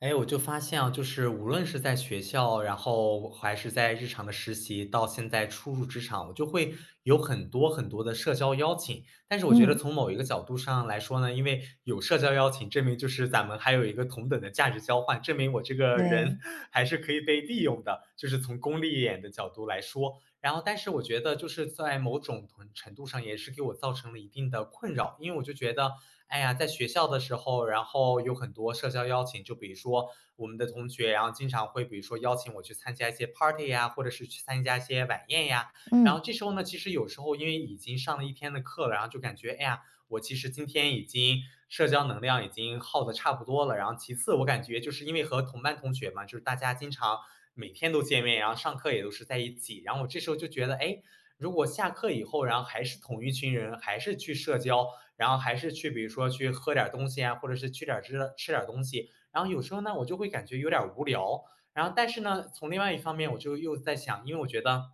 哎，我就发现啊，就是无论是在学校，然后还是在日常的实习，到现在初入职场，我就会有很多很多的社交邀请。但是我觉得嗯，从某一个角度上来说呢，因为有社交邀请，证明就是咱们还有一个同等的价值交换，证明我这个人 对，还是可以被利用的，就是从功利一点的角度来说。然后，但是我觉得就是在某种程度上也是给我造成了一定的困扰，因为我就觉得哎呀，在学校的时候，然后有很多社交邀请，就比如说我们的同学，然后经常会比如说邀请我去参加一些 party 呀，或者是去参加一些晚宴呀。然嗯，后这时候呢，其实有时候因为已经上了一天的课了，然后就感觉，哎呀，我其实今天已经社交能量已经耗的差不多了。然后其次，我感觉就是因为和同班同学嘛，就是大家经常每天都见面，然后上课也都是在一起，然后我这时候就觉得，哎，如果下课以后，然后还是同一群人，还是去社交，然后还是去比如说去喝点东西啊，或者是去点吃点东西，然后有时候呢，我就会感觉有点无聊。然后但是呢，从另外一方面，我就又在想，因为我觉得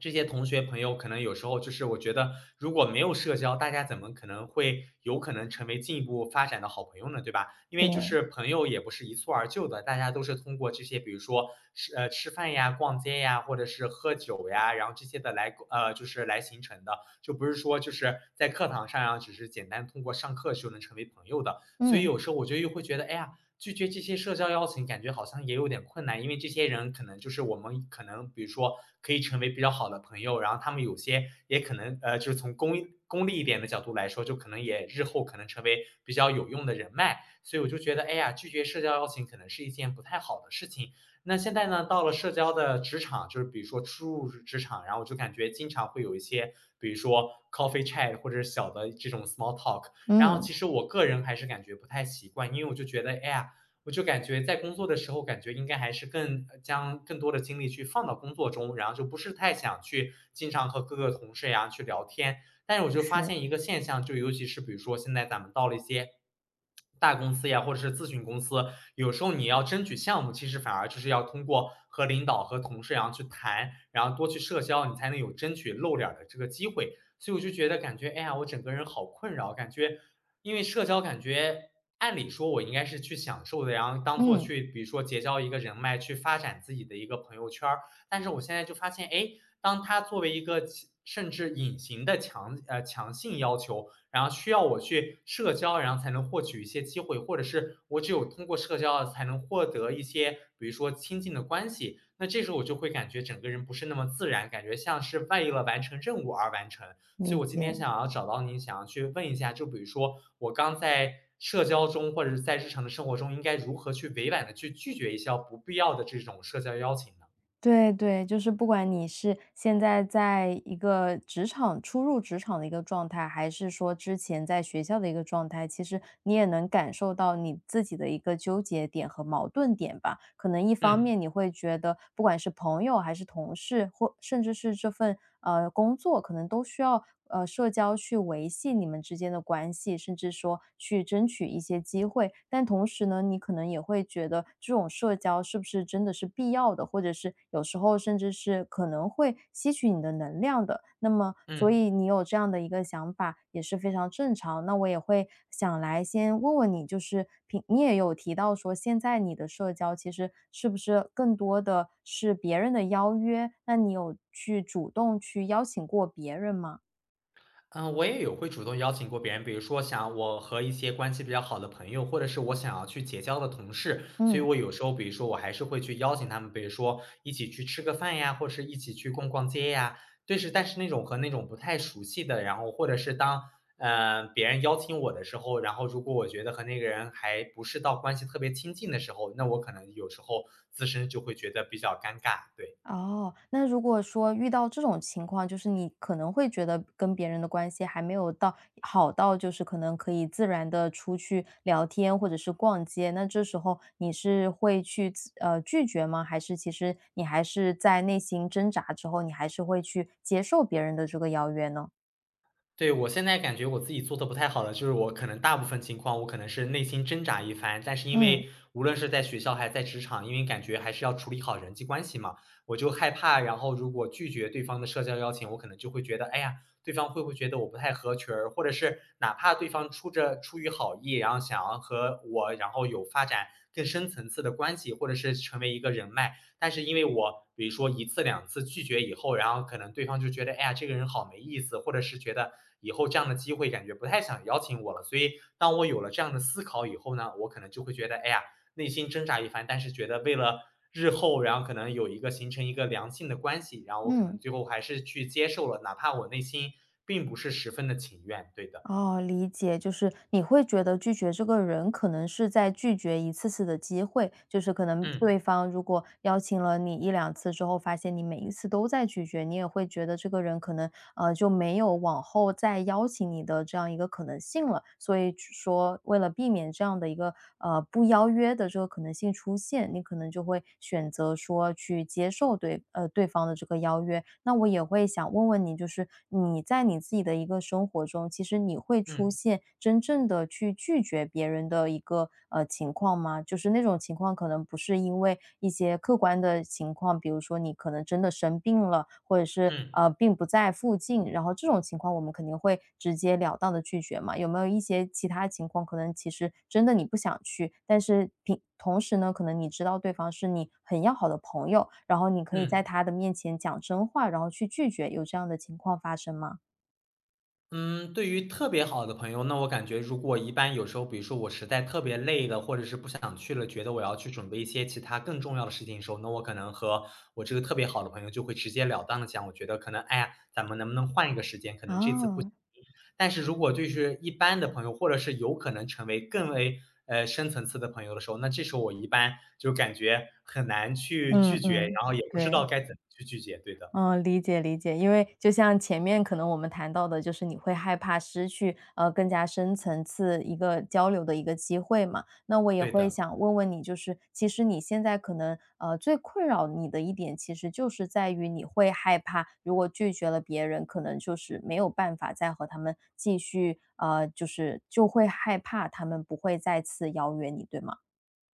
这些同学朋友可能有时候就是我觉得如果没有社交，大家怎么可能会有可能成为进一步发展的好朋友呢？对吧？因为就对，是朋友也不是一蹴而就的，大家都是通过这些，比如说吃饭呀、逛街呀，或者是喝酒呀，然后这些的就是来形成的，就不是说就是在课堂上啊，只是简单通过上课就能成为朋友的。所以嗯，有时候我就又会觉得，哎呀。拒绝这些社交邀请，感觉好像也有点困难，因为这些人可能就是我们可能，比如说可以成为比较好的朋友，然后他们有些也可能，就是从功利一点的角度来说，就可能也日后可能成为比较有用的人脉，所以我就觉得，哎呀，拒绝社交邀请可能是一件不太好的事情。那现在呢，到了社交的职场，就是比如说初入职场，然后我就感觉经常会有一些，比如说 coffee chat 或者小的这种 small talk，然后嗯，其实我个人还是感觉不太习惯，因为我就觉得，哎呀，我就感觉在工作的时候，感觉应该还是将更多的精力去放到工作中，然后就不是太想去经常和各个同事呀去聊天，但是我就发是，现一个现象，就尤其是比如说现在咱们到了一些大公司呀，或者是咨询公司，有时候你要争取项目，其实反而就是要通过和领导和同事然后去谈，然后多去社交，你才能有争取露脸的这个机会。所以我就觉得感觉，哎呀，我整个人好困扰，感觉因为社交，感觉按理说我应该是去享受的，然后当做嗯，去，比如说结交一个人脉，去发展自己的一个朋友圈儿，但是我现在就发现，哎，当它作为一个甚至隐形的强性要求，然后需要我去社交，然后才能获取一些机会，或者是我只有通过社交才能获得一些，比如说亲近的关系。那这时候我就会感觉整个人不是那么自然，感觉像是为了完成任务而完成。所以理我今天解。想要找到您，想要去问一下，就比如说我刚在社交中或者是在日常的生活中，应该如何去委婉的去拒绝一些不必要的这种社交邀请呢？对对，就是不管你是现在在一个职场初入职场的一个状态，还是说之前在学校的一个状态，其实你也能感受到你自己的一个纠结点和矛盾点吧。可能一方嗯。面你会觉得，不管是朋友还是同事，或甚至是这份工作，可能都需要社交去维系你们之间的关系，甚至说去争取一些机会。但同时呢，你可能也会觉得这种社交是不是真的是必要的，或者是有时候甚至是可能会吸取你的能量的。那么，所嗯以你有这样的一个想法也是非常正常。那我也会想来先问问你，就是你也有提到说，现在你的社交其实是不是更多的是别人的邀约？那你有去主动去邀请过别人吗？嗯，呃，我也有会主动邀请过别人，比如说想我和一些关系比较好的朋友，或者是我想要去结交的同事，所以嗯，我有时候，比如说我还是会去邀请他们，比如说一起去吃个饭呀，或者是一起去逛逛街呀。对，是，但是那种和那种不太熟悉的，然后或者是当别人邀请我的时候，然后如果我觉得和那个人还不是到关系特别亲近的时候，那我可能有时候自身就会觉得比较尴尬，对。哦，那如果说遇到这种情况，就是你可能会觉得跟别人的关系还没有到好到，就是可能可以自然的出去聊天或者是逛街，那这时候你是会去拒绝吗？还是其实你还是在内心挣扎之后，你还是会去接受别人的这个邀约呢？对，我现在感觉我自己做的不太好了，就是我可能大部分情况，我可能是内心挣扎一番，但是因嗯为无论是在学校还是在职场，因为感觉还是要处理好人际关系嘛，我就害怕，然后如果拒绝对方的社交邀请，我可能就会觉得，哎呀，对方会不会觉得我不太合群儿，或者是哪怕对方出于好意，然后想要和我，然后有发展更深层次的关系，或者是成为一个人脉，但是因为我比如说一次两次拒绝以后，然后可能对方就觉得，哎呀，这个人好没意思，或者是觉得以后这样的机会感觉不太想邀请我了。所以当我有了这样的思考以后呢，我可能就会觉得，哎呀，内心挣扎一番，但是觉得为了日后，然后可能有一个形成一个良性的关系，然后我可能嗯。最后还是去接受了，哪怕我内心并不是十分的情愿。对的，哦，理解，就是你会觉得拒绝这个人可能是在拒绝一次次的机会，就是可能对嗯方如果邀请了你一两次之后，发现你每一次都在拒绝，你也会觉得这个人可能就没有往后再邀请你的这样一个可能性了。所以只说为了避免这样的一个不邀约的这个可能性出现，你可能就会选择说去接受对方的这个邀约。那我也会想问问你，就是你在你自己的一个，生活中，其实你会出嗯现真正的去拒绝别人的一个情况吗？就是那种情况可能不是因为一些客观的情况，比如说你可能真的生病了，或者是嗯并不在附近，然后这种情况我们肯定会直截了当的拒绝嘛。有没有一些其他情况，可能其实真的你不想去，但是同时呢，可能你知道对方是你很要好的朋友，然后你可以在嗯。他的面前讲真话，然后去拒绝，有这样的情况发生吗？嗯，对于特别好的朋友，那我感觉如果一般有时候，比如说我实在特别累了，或者是不想去了，觉得我要去准备一些其他更重要的事情的时候，那我可能和我这个特别好的朋友就会直截了当的讲，我觉得可能，哎呀，咱们能不能换一个时间？可能这次不行。啊，但是如果就是一般的朋友，或者是有可能成为更为深层次的朋友的时候，那这时候我一般就感觉很难去嗯拒绝，嗯，然后也不知道对，该怎么去拒绝。对的，嗯，理解理解。因为就像前面可能我们谈到的，就是你会害怕失去，更加深层次一个交流的一个机会嘛。那我也对会的，想问问你，就是其实你现在可能，最困扰你的一点，其实就是在于你会害怕，如果拒绝了别人，可能就是没有办法再和他们继续，就是就会害怕他们不会再次邀约你，对吗？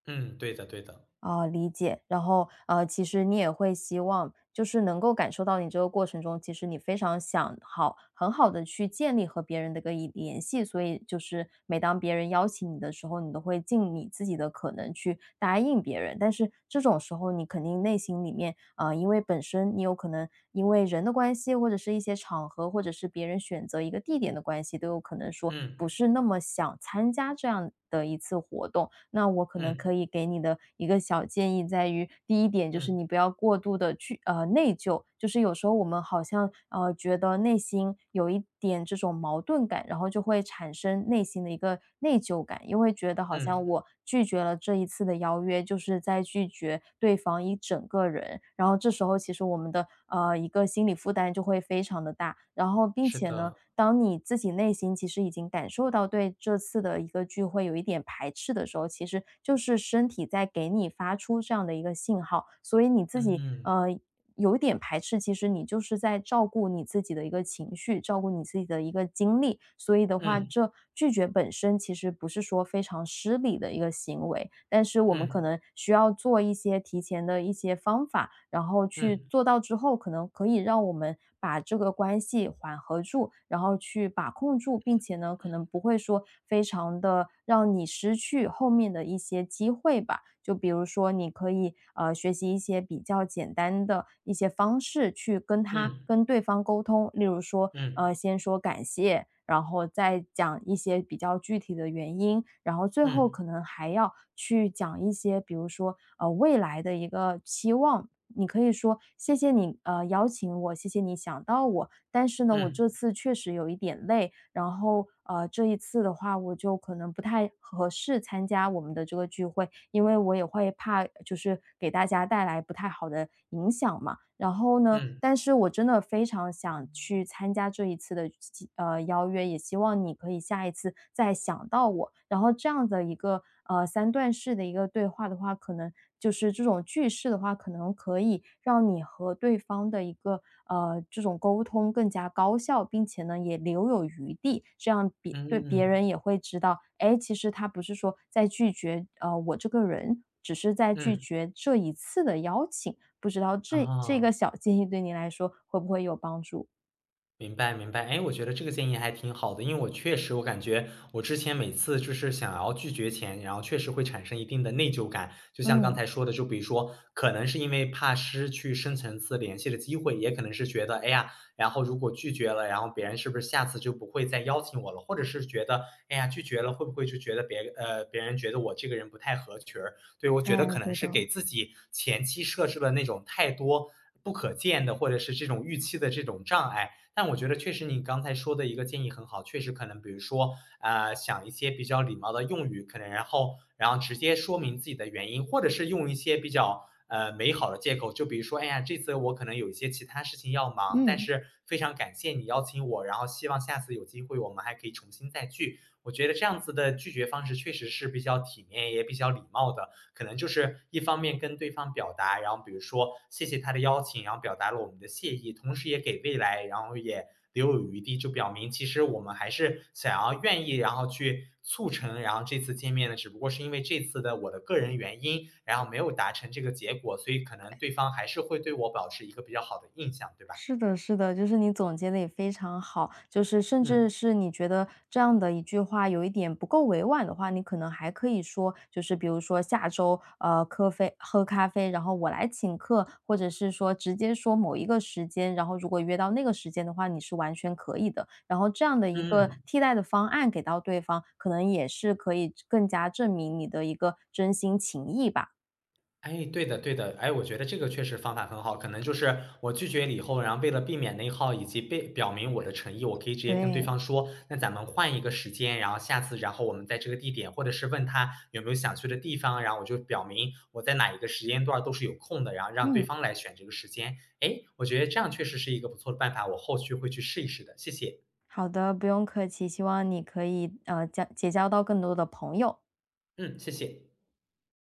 嗯，对的，对的，啊，理解。然后，其实你也会希望，就是能够感受到你这个过程中，其实你非常想好，很好的去建立和别人的个一联系。所以，就是每当别人邀请你的时候，你都会尽你自己的可能去答应别人。但是这种时候，你肯定内心里面啊，因为本身你有可能因为人的关系，或者是一些场合，或者是别人选择一个地点的关系，都有可能说嗯不是那么想参加这样的一次活动。那我可能嗯可以给你的一个小建议在于，第一点就是嗯。你不要过度的去内疚，就是有时候我们好像觉得内心有一点这种矛盾感，然后就会产生内心的一个内疚感，因为觉得好嗯，像我拒绝了这一次的邀约，就是在拒绝对方一整个人。然后这时候其实我们的一个心理负担就会非常的大，然后并是且呢，的，当你自己内心其实已经感受到对这次的一个聚会有一点排斥的时候，其实就是身体在给你发出这样的一个信号，所以你自己嗯有一点排斥，其实你就是在照顾你自己的一个情绪，照顾你自己的一个精力。所以的话，嗯这拒绝本身其实不是说非常失礼的一个行为，但是我们可嗯能需要做一些提前的一些方法，然后去嗯做到之后，可能可以让我们把这个关系缓和住，然后去把控住，并且呢，可能不会说非常的让你失去后面的一些机会吧。就比如说，你可以学习一些比较简单的一些方式去跟他嗯跟对方沟通，例如说，嗯先说感谢，然后再讲一些比较具体的原因，然后最后嗯可能还要去讲一些，比如说未来的一个期望。你可以说谢谢你，邀请我，谢谢你想到我。但是呢，我嗯这次确实有一点累，然后这一次的话，我就可能不太合适参加我们的这个聚会，因为我也会怕就是给大家带来不太好的影响嘛。然后呢，嗯但是我真的非常想去参加这一次的邀约，也希望你可以下一次再想到我。然后这样的一个，三段式的一个对话的话，可能就是这种句式的话，可能可以让你和对方的一个，这种沟通更加高效，并且呢，也留有余地，这样别嗯对别人嗯也会知道，哎，其实他不是说在拒绝，我这个人。只是在拒嗯，绝这一次的邀请，不知道这个啊。小建议对您来说会不会有帮助？明白明白，哎，我觉得这个建议还挺好的，因为我确实我感觉我之前每次就是想要拒绝前，然后确实会产生一定的内疚感。就像刚嗯，才说的，就比如说，可能是因为怕失去深层次联系的机会，也可能是觉得，哎呀，然后如果拒绝了，然后别人是不是下次就不会再邀请我了？或者是觉得，哎呀，拒绝了会不会就觉得别人觉得我这个人不太合群儿？对，我觉得可哎，能对是给的，自己前期设置了那种太多不可见的，或者是这种预期的这种障碍。但我觉得确实你刚才说的一个建议很好，确实可能比如说，呃，想一些比较礼貌的用语，可能然后直接说明自己的原因，或者是用一些比较美好的借口，就比如说，哎呀，这次我可能有一些其他事情要忙，但嗯。是非常感谢你邀请我，然后希望下次有机会我们还可以重新再聚。我觉得这样子的拒绝方式确实是比较体面也比较礼貌的。可能就是一方面跟对方表达，然后比如说谢谢他的邀请，然后表达了我们的谢意，同时也给未来，然后也留有余地，就表明其实我们还是想要愿意，然后去促成，然后这次见面呢，只不过是因为这次的我的个人原因，然后没有达成这个结果，所以可能对方还是会对我保持一个比较好的印象，对吧？是的，是的，就是你总结的也非常好，就是甚嗯至是你觉得这样的一句话有一点不够委婉的话，你可能还可以说，就是比如说下周喝咖啡，然后我来请客，或者是说直接说某一个时间，然后如果约到那个时间的话，你是完全可以的。然后这样的一个嗯。替代的方案给到对方，可能也是可以更加证明你的一个真心情谊吧。哎，对的对的。哎，我觉得这个确实方法很好，可能就是我拒绝了以后，然后为了避免内耗以及被表明我的诚意，我可以直接跟对对，方说，那咱们换一个时间，然后下次，然后我们在这个地点，或者是问他有没有想去的地方，然后我就表明我在哪一个时间段儿都是有空的，然后让对嗯。方来选这个时间。哎，我觉得这样确实是一个不错的办法，我后续会去试一试的，谢谢。好的，不用客气，希望你可以结交到更多的朋友。嗯，谢谢。